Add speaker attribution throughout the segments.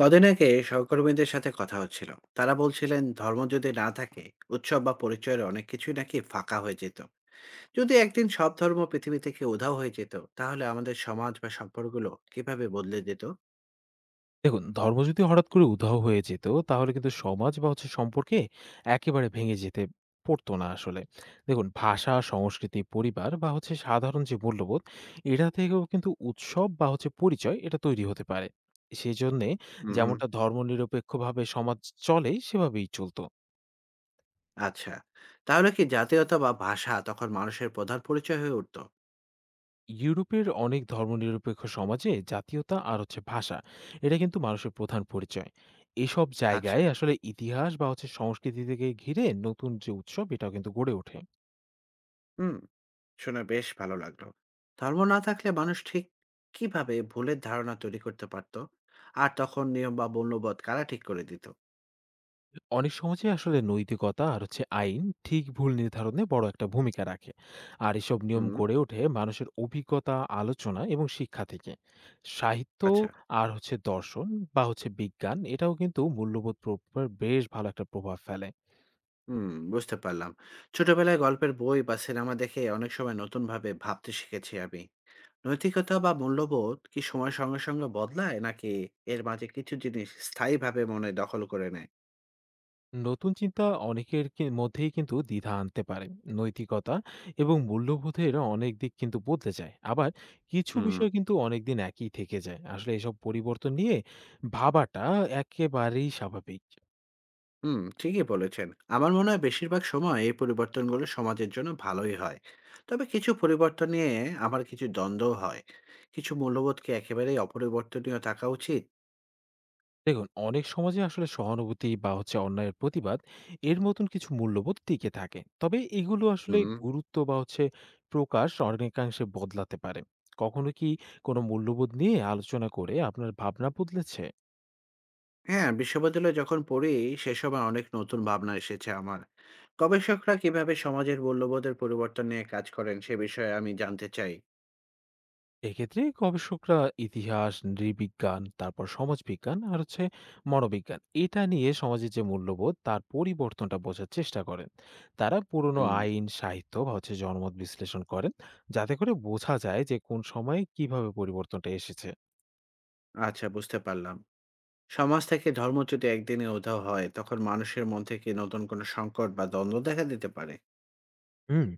Speaker 1: কদিন আগে সহকর্মীদের সাথে কথা হচ্ছিল, তারা বলছিলেন ধর্ম যদি না থাকে উৎসব বা পরিচয়ের অনেক কিছুই নাকি ফাঁকা হয়ে যেত। যদি একদিন সব ধর্ম পৃথিবী থেকে উধাও হয়ে যেত, তাহলে আমাদের সমাজ বা সম্পর্কগুলো কিভাবে বদলে যেত?
Speaker 2: দেখুন, ধর্ম যদি হঠাৎ করে উধাও হয়ে যেত, তাহলে কিন্তু সমাজ বা সম্পর্কে একেবারে ভেঙে যেতে পড়তো না আসলে। দেখুন, ভাষা, সংস্কৃতি, পরিবার বা সাধারণ যে মূল্যবোধ, এটা থেকেও কিন্তু উৎসব বা পরিচয় এটা তৈরি হতে পারে। সেই জন্যে
Speaker 1: হুম।
Speaker 2: যেমনটা ধর্মনিরপেক্ষভাবে সমাজ চলে, সেভাবেই চলতো।
Speaker 1: আচ্ছা, তাহলে কি জাতীয়তা বা ভাষা তখন মানুষের প্রধান পরিচয় হয়ে উঠতো?
Speaker 2: ইউরোপের অনেক ধর্মনিরপেক্ষ সমাজে জাতীয়তা আর ভাষা, এটা কিন্তু মানুষের প্রধান পরিচয়। এসব
Speaker 1: আচ্ছা।
Speaker 2: জায়গায় আসলে ইতিহাস বা সংস্কৃতি থেকে ঘিরে নতুন যে উৎসব, এটাও কিন্তু গড়ে ওঠে।
Speaker 1: হুম। শুনে বেশ ভালো লাগলো। ধর্ম না থাকলে মানুষ ঠিক কিভাবে ভুলের ধারণা তৈরি করতে পারতো? আর তখন নিয়ম বা মূল্যবোধ কারা ঠিক করে দিত?
Speaker 2: অনেক সমাজে আসলে নৈতিকতা আর আইন ঠিক ভুল নির্ধারণে বড় একটা ভূমিকা রাখে। আর এসব নিয়ম
Speaker 1: হুম।
Speaker 2: গড়ে ওঠে মানুষের অভিজ্ঞতা, আলোচনা এবং শিক্ষা থেকে। সাহিত্য
Speaker 1: আচ্ছা।
Speaker 2: আর দর্শন বা বিজ্ঞান এটাও কিন্তু মূল্যবোধ প্রভাবের বেশ ভালো একটা প্রভাব ফেলে।
Speaker 1: হুম, বুঝতে পারলাম। ছোটবেলায় গল্পের বই বা সিনেমা দেখে অনেক সময় নতুনভাবে ভাবতে শিখেছি আমি। নৈতিকতা বা মূল্যবোধ কি সময়ের সঙ্গে, সঙ্গে বদলায়, নাকি এর মাঝে কিছু জিনিস স্থায়ীভাবে মনে দখল করে নেয়?
Speaker 2: নতুন চিন্তা অনেকের মধ্যেই কিন্তু দ্বিধা আনতে পারে। নৈতিকতা এবং মূল্যবোধের অনেক দিক কিন্তু বদলে যায়, আবার কিছু
Speaker 1: হুম।
Speaker 2: বিষয় কিন্তু অনেক দিন একই থেকে যায়। আসলে এসব পরিবর্তন নিয়ে ভাবাটা একেবারেই স্বাভাবিক।
Speaker 1: হুম, ঠিকই বলেছেন। আমার মনে হয় বেশিরভাগ সময় এই পরিবর্তনগুলো সমাজের জন্য ভালোই হয়। তবে কিছু পরিবর্তন নিয়ে আমার কিছু দ্বন্দ্বও হয়। কিছু মূল্যবোধ কি একেবারেই অপরিবর্তনীয় থাকা উচিত?
Speaker 2: দেখুন, অনেক সমাজে আসলে সহানুভূতি বা অন্যায়ের প্রতিবাদ এর মতন কিছু মূল্যবোধ টিকে থাকে, তবে এগুলো আসলে
Speaker 1: হুম।
Speaker 2: গুরুত্ব বা প্রকাশ অনেকাংশে বদলাতে পারে। কখনো কি কোনো মূল্যবোধ নিয়ে আলোচনা করে আপনার ভাবনা বদলেছে?
Speaker 1: হ্যাঁ, বিশ্ববিদ্যালয়ে যখন পড়ি সে সময় অনেক নতুন ভাবনা এসেছে আমার। গবেষকরা কিভাবে সমাজের মূল্যবোধের পরিবর্তন নিয়ে কাজ করেন সে বিষয়ে আমি জানতে চাই।
Speaker 2: এক্ষেত্রে গবেষকরা ইতিহাস, নৃবিজ্ঞান, তারপর সমাজবিজ্ঞান আর মনোবিজ্ঞান, এটা নিয়ে সমাজের যে মূল্যবোধ তার পরিবর্তনটা বোঝার চেষ্টা করেন। তারা পুরনো
Speaker 1: হুম।
Speaker 2: আইন, সাহিত্য বা জনমত বিশ্লেষণ করেন, যাতে করে বোঝা যায় যে কোন সময়ে কিভাবে পরিবর্তনটা এসেছে।
Speaker 1: আচ্ছা, বুঝতে পারলাম। সমাজ থেকে ধর্ম যদি একদিনে উধাও হয় তখন মানুষের মন থেকে নতুন কোনো সংকট বা দ্বন্দ্ব দেখা দিতে পারে।
Speaker 2: হুম।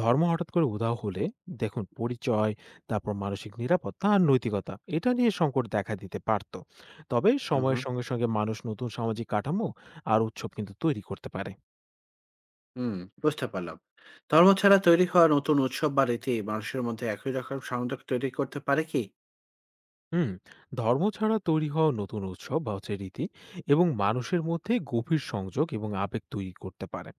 Speaker 2: ধর্ম হঠাৎ করে উধাও হলে, দেখুন, পরিচয়, তারপর মানসিক নিরাপত্তা আর নৈতিকতা এটা নিয়ে সংকট দেখা দিতে পারত। তবে
Speaker 1: হুম,
Speaker 2: সময়ের
Speaker 1: হুম।
Speaker 2: সঙ্গে সঙ্গে মানুষ নতুন সামাজিক কাঠামো আর উৎসব কিন্তু তৈরি করতে পারে।
Speaker 1: হুম, বুঝতে পারলাম। ধর্ম ছাড়া তৈরি হওয়া নতুন উৎসব বা রীতি মানুষের মধ্যে একই রকম সংযোগ তৈরি করতে পারে কি?
Speaker 2: হুম। ধর্ম ছাড়া তৈরি হওয়া নতুন উৎসব বা রীতি এবং মানুষের মধ্যে গভীর সংযোগ এবং আবেগ তৈরি করতে পারে।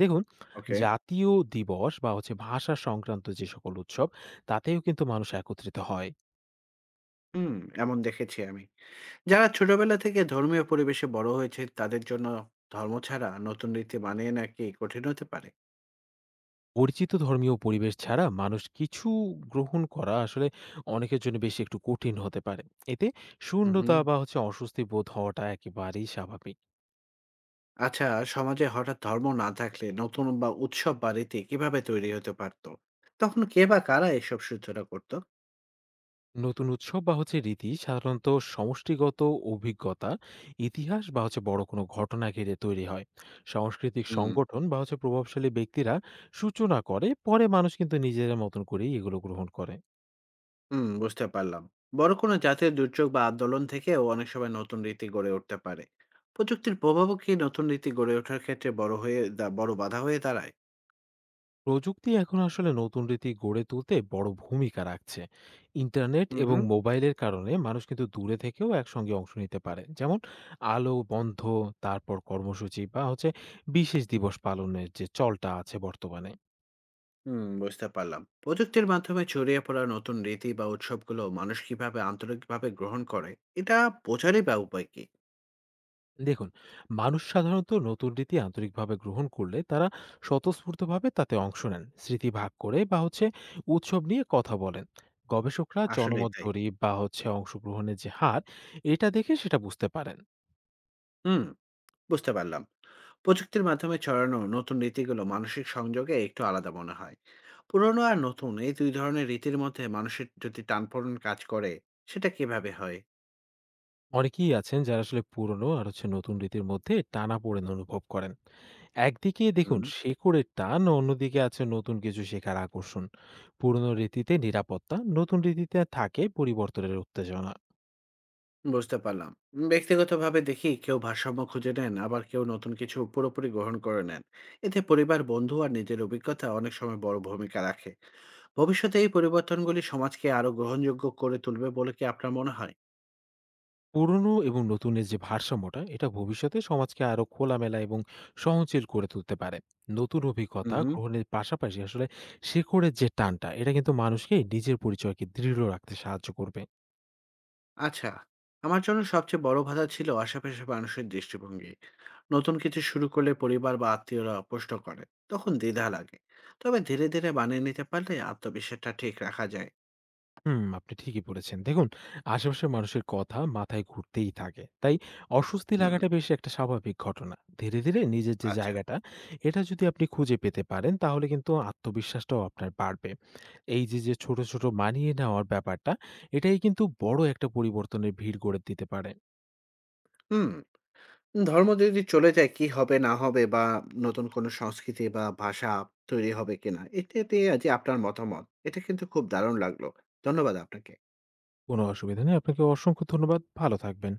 Speaker 2: দেখুন,
Speaker 1: ওকে।
Speaker 2: জাতীয় দিবস বা ভাষা সংক্রান্ত যে সকল উৎসব, তাতেও কিন্তু মানুষ একত্রিত হয়।
Speaker 1: হুম, এমন দেখেছি আমি। যারা ছোটবেলা থেকে ধর্মীয় পরিবেশে বড় হয়েছে তাদের জন্য ধর্ম ছাড়া নতুন রীতি মানিয়ে নাকি কঠিন হতে পারে।
Speaker 2: পরিচিত ধর্মীয় পরিবেশ ছাড়া মানুষ কিছু গ্রহণ করা আসলে অনেকের জন্য বেশি একটু কঠিন হতে পারে। এতে
Speaker 1: হুম।
Speaker 2: শূন্যতা বা অস্বস্তি বোধ হওয়াটা একেবারেই স্বাভাবিক।
Speaker 1: আচ্ছা। সমাজে হঠাৎ ধর্ম না থাকলে নতুন বা উৎসব বা রীতি কিভাবে তৈরি হতে পারতো? তখন কে বা কারা এসব সূচনা করতো?
Speaker 2: নতুন উৎসব বা রীতি সাধারণত সমষ্টিগত অভিজ্ঞতা, ইতিহাস বা বড় কোনো ঘটনা ঘিরে তৈরি হয়। সাংস্কৃতিক
Speaker 1: হুম।
Speaker 2: সংগঠন বা প্রভাবশালী ব্যক্তিরা সূচনা করে, পরে মানুষ কিন্তু নিজেদের মতন করেই এগুলো গ্রহণ করে।
Speaker 1: হুম, বুঝতে পারলাম। বড় কোনো জাতীয় দুর্যোগ বা আন্দোলন থেকেও অনেক সময় নতুন রীতি গড়ে উঠতে পারে। প্রযুক্তির প্রভাবও কি নতুন রীতি গড়ে ওঠার ক্ষেত্রে বড় হয়ে বড় বাধা হয়ে দাঁড়ায়?
Speaker 2: প্রযুক্তি এখন আসলে নতুন রীতি গড়ে তুলতে বড় ভূমিকা রাখছে। ইন্টারনেট এবং
Speaker 1: হুম।
Speaker 2: মোবাইলের কারণে মানুষ কিন্তু দূরে থেকেও একসঙ্গে অংশ নিতে পারে, যেমন আলো বন্ধ, তারপর কর্মসূচি বা বিশেষ দিবস পালনের যে চলটা আছে বর্তমানে।
Speaker 1: হুম, বুঝতে পারলাম। প্রযুক্তির মাধ্যমে ছড়িয়ে পড়া নতুন রীতি বা উৎসবগুলো মানুষ কিভাবে আন্তরিকভাবে গ্রহণ করে, এটা বোঝারই বা উপায় কি?
Speaker 2: দেখুন, মানুষ সাধারণত নতুন রীতি আন্তরিকভাবে গ্রহণ করলে তারা স্বতঃস্ফূর্তভাবে তাতে অংশ নেন, স্মৃতি ভাগ করে বা উৎসব নিয়ে কথা বলেন। গবেষকরা
Speaker 1: আসলেই
Speaker 2: জনমত
Speaker 1: তাই।
Speaker 2: জরিপ বা অংশগ্রহণের যে হার, এটা দেখে সেটা বুঝতে পারেন।
Speaker 1: হুম, বুঝতে পারলাম। প্রযুক্তির মাধ্যমে ছড়ানো নতুন রীতিগুলো মানসিক সংযোগে একটু আলাদা মনে হয়। পুরনো আর নতুন এই দুই ধরনের রীতির মধ্যে মানুষের যদি টানপোড়েন কাজ করে, সেটা কিভাবে হয়?
Speaker 2: অনেকেই আছেন যারা আসলে পুরনো আর নতুন রীতির মধ্যে টানাপোড়েন অনুভব করেন। একদিকে দেখুন
Speaker 1: হুম।
Speaker 2: শেকড়ের টান, অন্যদিকে আছে নতুন কিছু শেখার আকর্ষণ। পুরনো রীতিতে নিরাপত্তা, নতুন রীতিতে থাকে পরিবর্তনের উত্তেজনা।
Speaker 1: বুঝতে পারলাম। ব্যক্তিগতভাবে দেখি কেউ ভারসাম্য খুঁজে নেন, আবার কেউ নতুন কিছু পুরোপুরি গ্রহণ করে নেন। এতে পরিবার, বন্ধু আর নিজের অভিজ্ঞতা অনেক সময় বড় ভূমিকা রাখে। ভবিষ্যতে এই পরিবর্তনগুলি সমাজকে আরো গ্রহণযোগ্য করে তুলবে বলে কি আপনার মনে হয়?
Speaker 2: পুরনো এবং নতুনের যে ভারসাম্যটা, এটা ভবিষ্যতে সমাজকে আরো খোলামেলা এবং সহনশীল করে তুলতে পারে। নতুন
Speaker 1: হুম,
Speaker 2: অভিজ্ঞতা
Speaker 1: হুম।
Speaker 2: গ্রহণের পাশাপাশি আসলে শেকড়ের যে টানটা, এটা কিন্তু মানুষকে নিজের পরিচয়কে দৃঢ় রাখতে সাহায্য করবে।
Speaker 1: আচ্ছা। আমার জন্য সবচেয়ে বড় বাধা ছিল আশেপাশের মানুষের দৃষ্টিভঙ্গি। নতুন কিছু শুরু করলে পরিবার বা আত্মীয়রা প্রশ্ন করে। তখন দ্বিধা লাগে। তবে ধীরে, ধীরে মানিয়ে নিতে পারলে আত্মবিশ্বাসটা ঠিক রাখা যায়।
Speaker 2: হুম, আপনি ঠিকই বলেছেন। দেখুন, আশেপাশের মানুষের কথা মাথায় ঘুরতেই থাকে। তাই অস্বস্তি
Speaker 1: হুম,
Speaker 2: লাগাটা বেশ একটা স্বাভাবিক ঘটনা। ধীরে ধীরে নিজের যে
Speaker 1: আচ্ছা।
Speaker 2: জায়গাটা, এটা যদি আপনি খুঁজে পেতে পারেন, তাহলে কিন্তু আত্মবিশ্বাসটাও আপনার বাড়বে। এই যে, যে ছোট ছোট মানিয়ে নেওয়ার ব্যাপারটা, এটাই কিন্তু বড় একটা পরিবর্তনের ভিড় গড়ে দিতে পারে।
Speaker 1: হুম। ধর্ম যদি চলে যায় কি হবে না হবে, বা নতুন কোনো সংস্কৃতি বা ভাষা তৈরি হবে কিনা, এটাতে যে আপনার মতামত এটা কিন্তু খুব দারুণ লাগলো। ধন্যবাদ আপনাকে।
Speaker 2: কোনো অসুবিধা নেই। আপনাকে অসংখ্য ধন্যবাদ। ভালো থাকবেন।